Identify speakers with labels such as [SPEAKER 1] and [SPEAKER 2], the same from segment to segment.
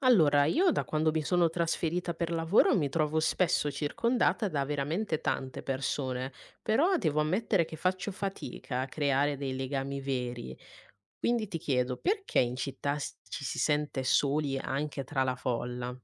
[SPEAKER 1] Allora, io da quando mi sono trasferita per lavoro mi trovo spesso circondata da veramente tante persone, però devo ammettere che faccio fatica a creare dei legami veri. Quindi ti chiedo, perché in città ci si sente soli anche tra la folla?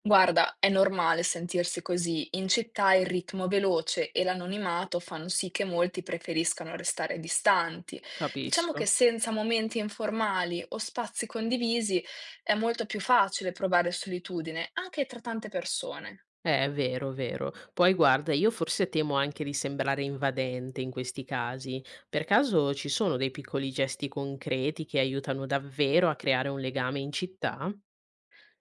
[SPEAKER 2] Guarda, è normale sentirsi così. In città il ritmo veloce e l'anonimato fanno sì che molti preferiscano restare distanti. Diciamo che
[SPEAKER 1] Capisco.
[SPEAKER 2] senza momenti informali o spazi condivisi è molto più facile provare solitudine, anche tra tante persone.
[SPEAKER 1] È vero, vero. Poi guarda, io forse temo anche di sembrare invadente in questi casi. Per caso ci sono dei piccoli gesti concreti che aiutano davvero a creare un legame in città?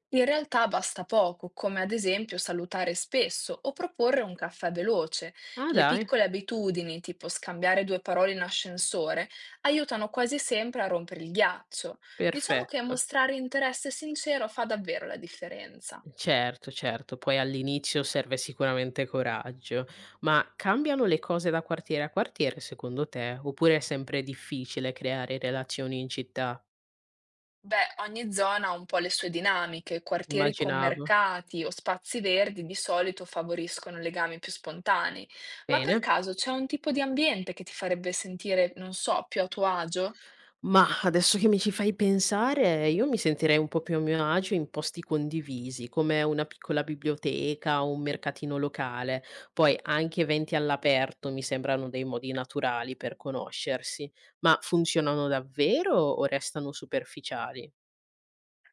[SPEAKER 2] In realtà basta poco, come ad esempio salutare spesso o proporre un caffè veloce.
[SPEAKER 1] Ah,
[SPEAKER 2] Le
[SPEAKER 1] dai.
[SPEAKER 2] piccole abitudini, tipo scambiare due parole in ascensore, aiutano quasi sempre a rompere il ghiaccio. Diciamo che
[SPEAKER 1] Perfetto.
[SPEAKER 2] mostrare interesse sincero fa davvero la differenza.
[SPEAKER 1] Certo, certo. Poi all'inizio serve sicuramente coraggio. Ma cambiano le cose da quartiere a quartiere secondo te? Oppure è sempre difficile creare relazioni in città?
[SPEAKER 2] Beh, ogni zona ha un po' le sue dinamiche, quartieri con
[SPEAKER 1] Immaginavo.
[SPEAKER 2] mercati o spazi verdi di solito favoriscono legami più spontanei, ma per
[SPEAKER 1] Bene.
[SPEAKER 2] caso c'è un tipo di ambiente che ti farebbe sentire, non so, più a tuo agio?
[SPEAKER 1] Mah, adesso che mi ci fai pensare, io mi sentirei un po' più a mio agio in posti condivisi, come una piccola biblioteca o un mercatino locale. Poi anche eventi all'aperto mi sembrano dei modi naturali per conoscersi, ma funzionano davvero o restano superficiali?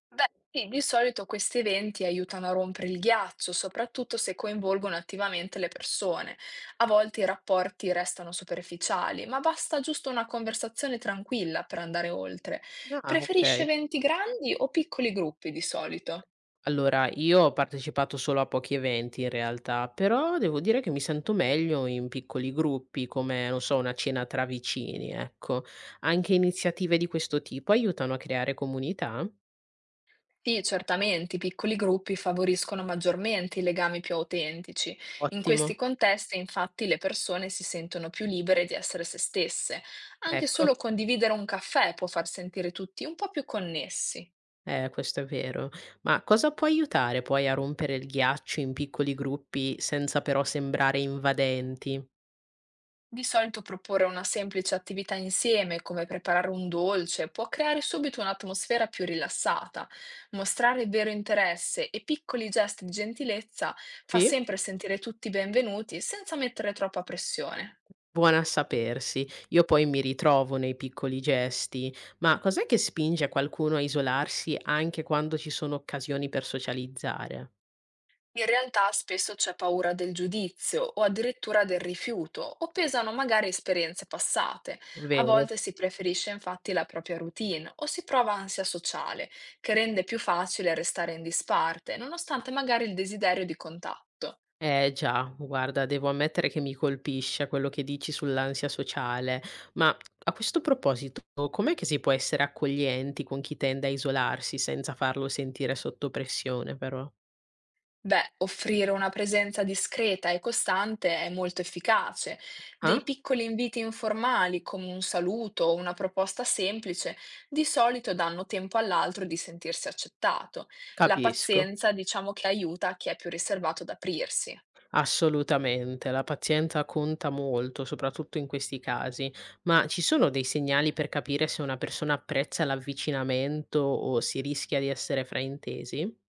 [SPEAKER 2] Beh, sì, di solito questi eventi aiutano a rompere il ghiaccio, soprattutto se coinvolgono attivamente le persone. A volte i rapporti restano superficiali, ma basta giusto una conversazione tranquilla per andare oltre.
[SPEAKER 1] Ah,
[SPEAKER 2] Preferisce
[SPEAKER 1] ok.
[SPEAKER 2] eventi grandi o piccoli gruppi di solito?
[SPEAKER 1] Allora, io ho partecipato solo a pochi eventi in realtà, però devo dire che mi sento meglio in piccoli gruppi, come, non so, una cena tra vicini, ecco. Anche iniziative di questo tipo aiutano a creare comunità?
[SPEAKER 2] Sì, certamente, i piccoli gruppi favoriscono maggiormente i legami più autentici. In
[SPEAKER 1] Ottimo,
[SPEAKER 2] questi contesti, infatti, le persone si sentono più libere di essere se stesse. Anche
[SPEAKER 1] ecco,
[SPEAKER 2] solo condividere un caffè può far sentire tutti un po' più connessi.
[SPEAKER 1] questo è vero. Ma cosa può aiutare poi a rompere il ghiaccio in piccoli gruppi senza però sembrare invadenti?
[SPEAKER 2] Di solito proporre una semplice attività insieme, come preparare un dolce, può creare subito un'atmosfera più rilassata. Mostrare vero interesse e piccoli gesti di gentilezza fa
[SPEAKER 1] Sì?
[SPEAKER 2] sempre sentire tutti benvenuti senza mettere troppa pressione.
[SPEAKER 1] Buona a sapersi. Io poi mi ritrovo nei piccoli gesti. Ma cos'è che spinge qualcuno a isolarsi anche quando ci sono occasioni per socializzare?
[SPEAKER 2] In realtà spesso c'è paura del giudizio o addirittura del rifiuto, o pesano magari esperienze passate. A
[SPEAKER 1] Vero?
[SPEAKER 2] volte si preferisce infatti la propria routine o si prova ansia sociale, che rende più facile restare in disparte, nonostante magari il desiderio di contatto.
[SPEAKER 1] Eh già, guarda, devo ammettere che mi colpisce quello che dici sull'ansia sociale, ma a questo proposito, com'è che si può essere accoglienti con chi tende a isolarsi senza farlo sentire sotto pressione però?
[SPEAKER 2] Beh, offrire una presenza discreta e costante è molto efficace. Dei
[SPEAKER 1] Ah?
[SPEAKER 2] piccoli inviti informali, come un saluto o una proposta semplice, di solito danno tempo all'altro di sentirsi accettato. La
[SPEAKER 1] Capisco.
[SPEAKER 2] pazienza, diciamo che aiuta chi è più riservato ad aprirsi.
[SPEAKER 1] Assolutamente, la pazienza conta molto, soprattutto in questi casi, ma ci sono dei segnali per capire se una persona apprezza l'avvicinamento o si rischia di essere fraintesi?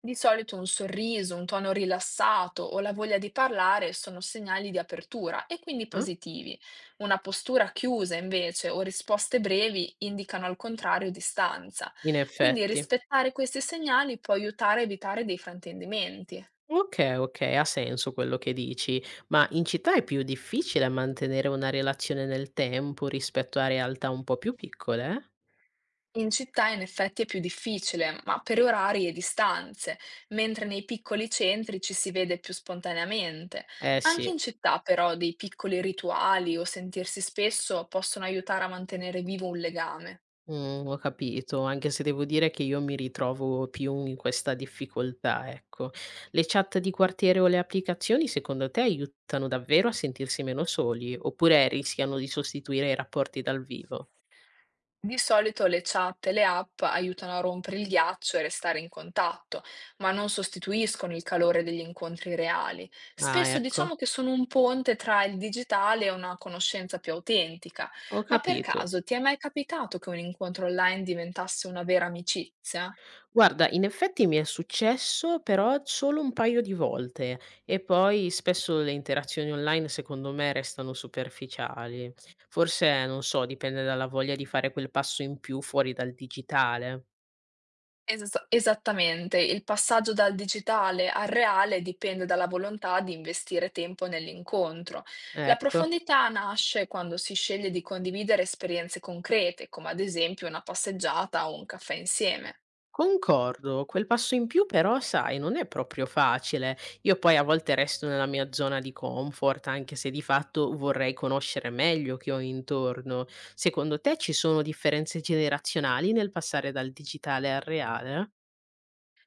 [SPEAKER 2] Di solito un sorriso, un tono rilassato o la voglia di parlare sono segnali di apertura e quindi
[SPEAKER 1] Ah,
[SPEAKER 2] positivi. Una postura chiusa invece o risposte brevi indicano al contrario distanza.
[SPEAKER 1] in
[SPEAKER 2] Quindi
[SPEAKER 1] effetti.
[SPEAKER 2] rispettare questi segnali può aiutare a evitare dei fraintendimenti.
[SPEAKER 1] Ok, ok, ha senso quello che dici, ma in città è più difficile mantenere una relazione nel tempo rispetto a realtà un po' più piccole?
[SPEAKER 2] In città in effetti è più difficile, ma per orari e distanze, mentre nei piccoli centri ci si vede più spontaneamente.
[SPEAKER 1] Eh, eh,
[SPEAKER 2] Anche in
[SPEAKER 1] sì.
[SPEAKER 2] città, però, dei piccoli rituali o sentirsi spesso possono aiutare a mantenere vivo un legame.
[SPEAKER 1] Mhmm, ho capito, anche se devo dire che io mi ritrovo più in questa difficoltà, ecco. Le chat di quartiere o le applicazioni secondo te aiutano davvero a sentirsi meno soli, oppure rischiano di sostituire i rapporti dal vivo?
[SPEAKER 2] Di solito le chat e le app aiutano a rompere il ghiaccio e restare in contatto, ma non sostituiscono il calore degli incontri reali.
[SPEAKER 1] Ah,
[SPEAKER 2] Spesso
[SPEAKER 1] ecco,
[SPEAKER 2] diciamo che sono un ponte tra il digitale e una conoscenza più autentica.
[SPEAKER 1] ho
[SPEAKER 2] Ma per
[SPEAKER 1] capito.
[SPEAKER 2] caso ti è mai capitato che un incontro online diventasse una vera amicizia?
[SPEAKER 1] Guarda, in effetti mi è successo, però solo un paio di volte e poi spesso le interazioni online secondo me restano superficiali. Forse, non so, dipende dalla voglia di fare quel passo in più fuori dal digitale.
[SPEAKER 2] Esas Esattamente. Il passaggio dal digitale al reale dipende dalla volontà di investire tempo nell'incontro. La
[SPEAKER 1] Ecco,
[SPEAKER 2] profondità nasce quando si sceglie di condividere esperienze concrete, come ad esempio una passeggiata o un caffè insieme.
[SPEAKER 1] concordo, quel passo in più però, sai, non è proprio facile. Io poi a volte resto nella mia zona di comfort, anche se di fatto vorrei conoscere meglio chi ho intorno. Secondo te ci sono differenze generazionali nel passare dal digitale al reale?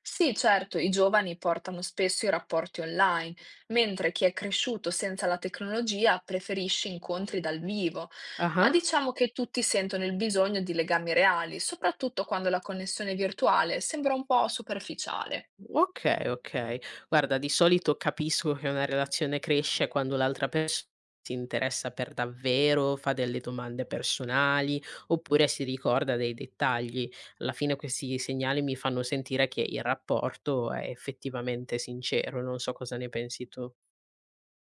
[SPEAKER 2] Sì, certo, i giovani portano spesso i rapporti online, mentre chi è cresciuto senza la tecnologia preferisce incontri dal vivo, ma
[SPEAKER 1] Ah.
[SPEAKER 2] diciamo che tutti sentono il bisogno di legami reali, soprattutto quando la connessione virtuale sembra un po' superficiale.
[SPEAKER 1] Okay, okay. Guarda, di solito capisco che una relazione cresce quando l'altra persona si interessa per davvero, fa delle domande personali oppure si ricorda dei dettagli. Alla fine questi segnali mi fanno sentire che il rapporto è effettivamente sincero, non so cosa ne pensi tu.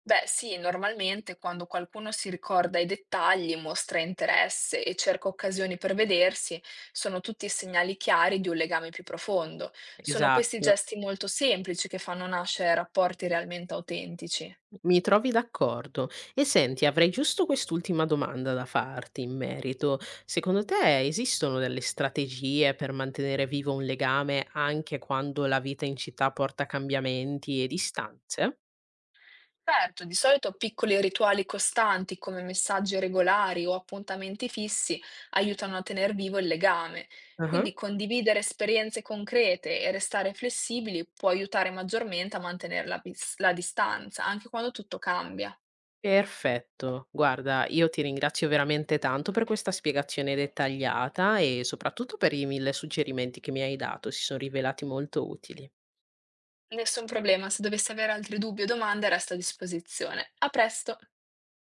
[SPEAKER 2] Beh, sì, normalmente quando qualcuno si ricorda i dettagli, mostra interesse e cerca occasioni per vedersi, sono tutti segnali chiari di un legame più profondo. Sono questi
[SPEAKER 1] Esatto.
[SPEAKER 2] gesti molto semplici che fanno nascere rapporti realmente autentici.
[SPEAKER 1] Mi trovi d'accordo. E senti, avrei giusto quest'ultima domanda da farti in merito. Secondo te esistono delle strategie per mantenere vivo un legame anche quando la vita in città porta cambiamenti e distanze?
[SPEAKER 2] Certo, di solito piccoli rituali costanti come messaggi regolari o appuntamenti fissi aiutano a tener vivo il legame.
[SPEAKER 1] Ah.
[SPEAKER 2] Quindi condividere esperienze concrete e restare flessibili può aiutare maggiormente a mantenere la, la distanza, anche quando tutto cambia.
[SPEAKER 1] Perfetto. Guarda, io ti ringrazio veramente tanto per questa spiegazione dettagliata e soprattutto per i mille suggerimenti che mi hai dato, si sono rivelati molto utili.
[SPEAKER 2] Nessun problema, se dovessi avere altri dubbi o domande, resto a disposizione. A presto!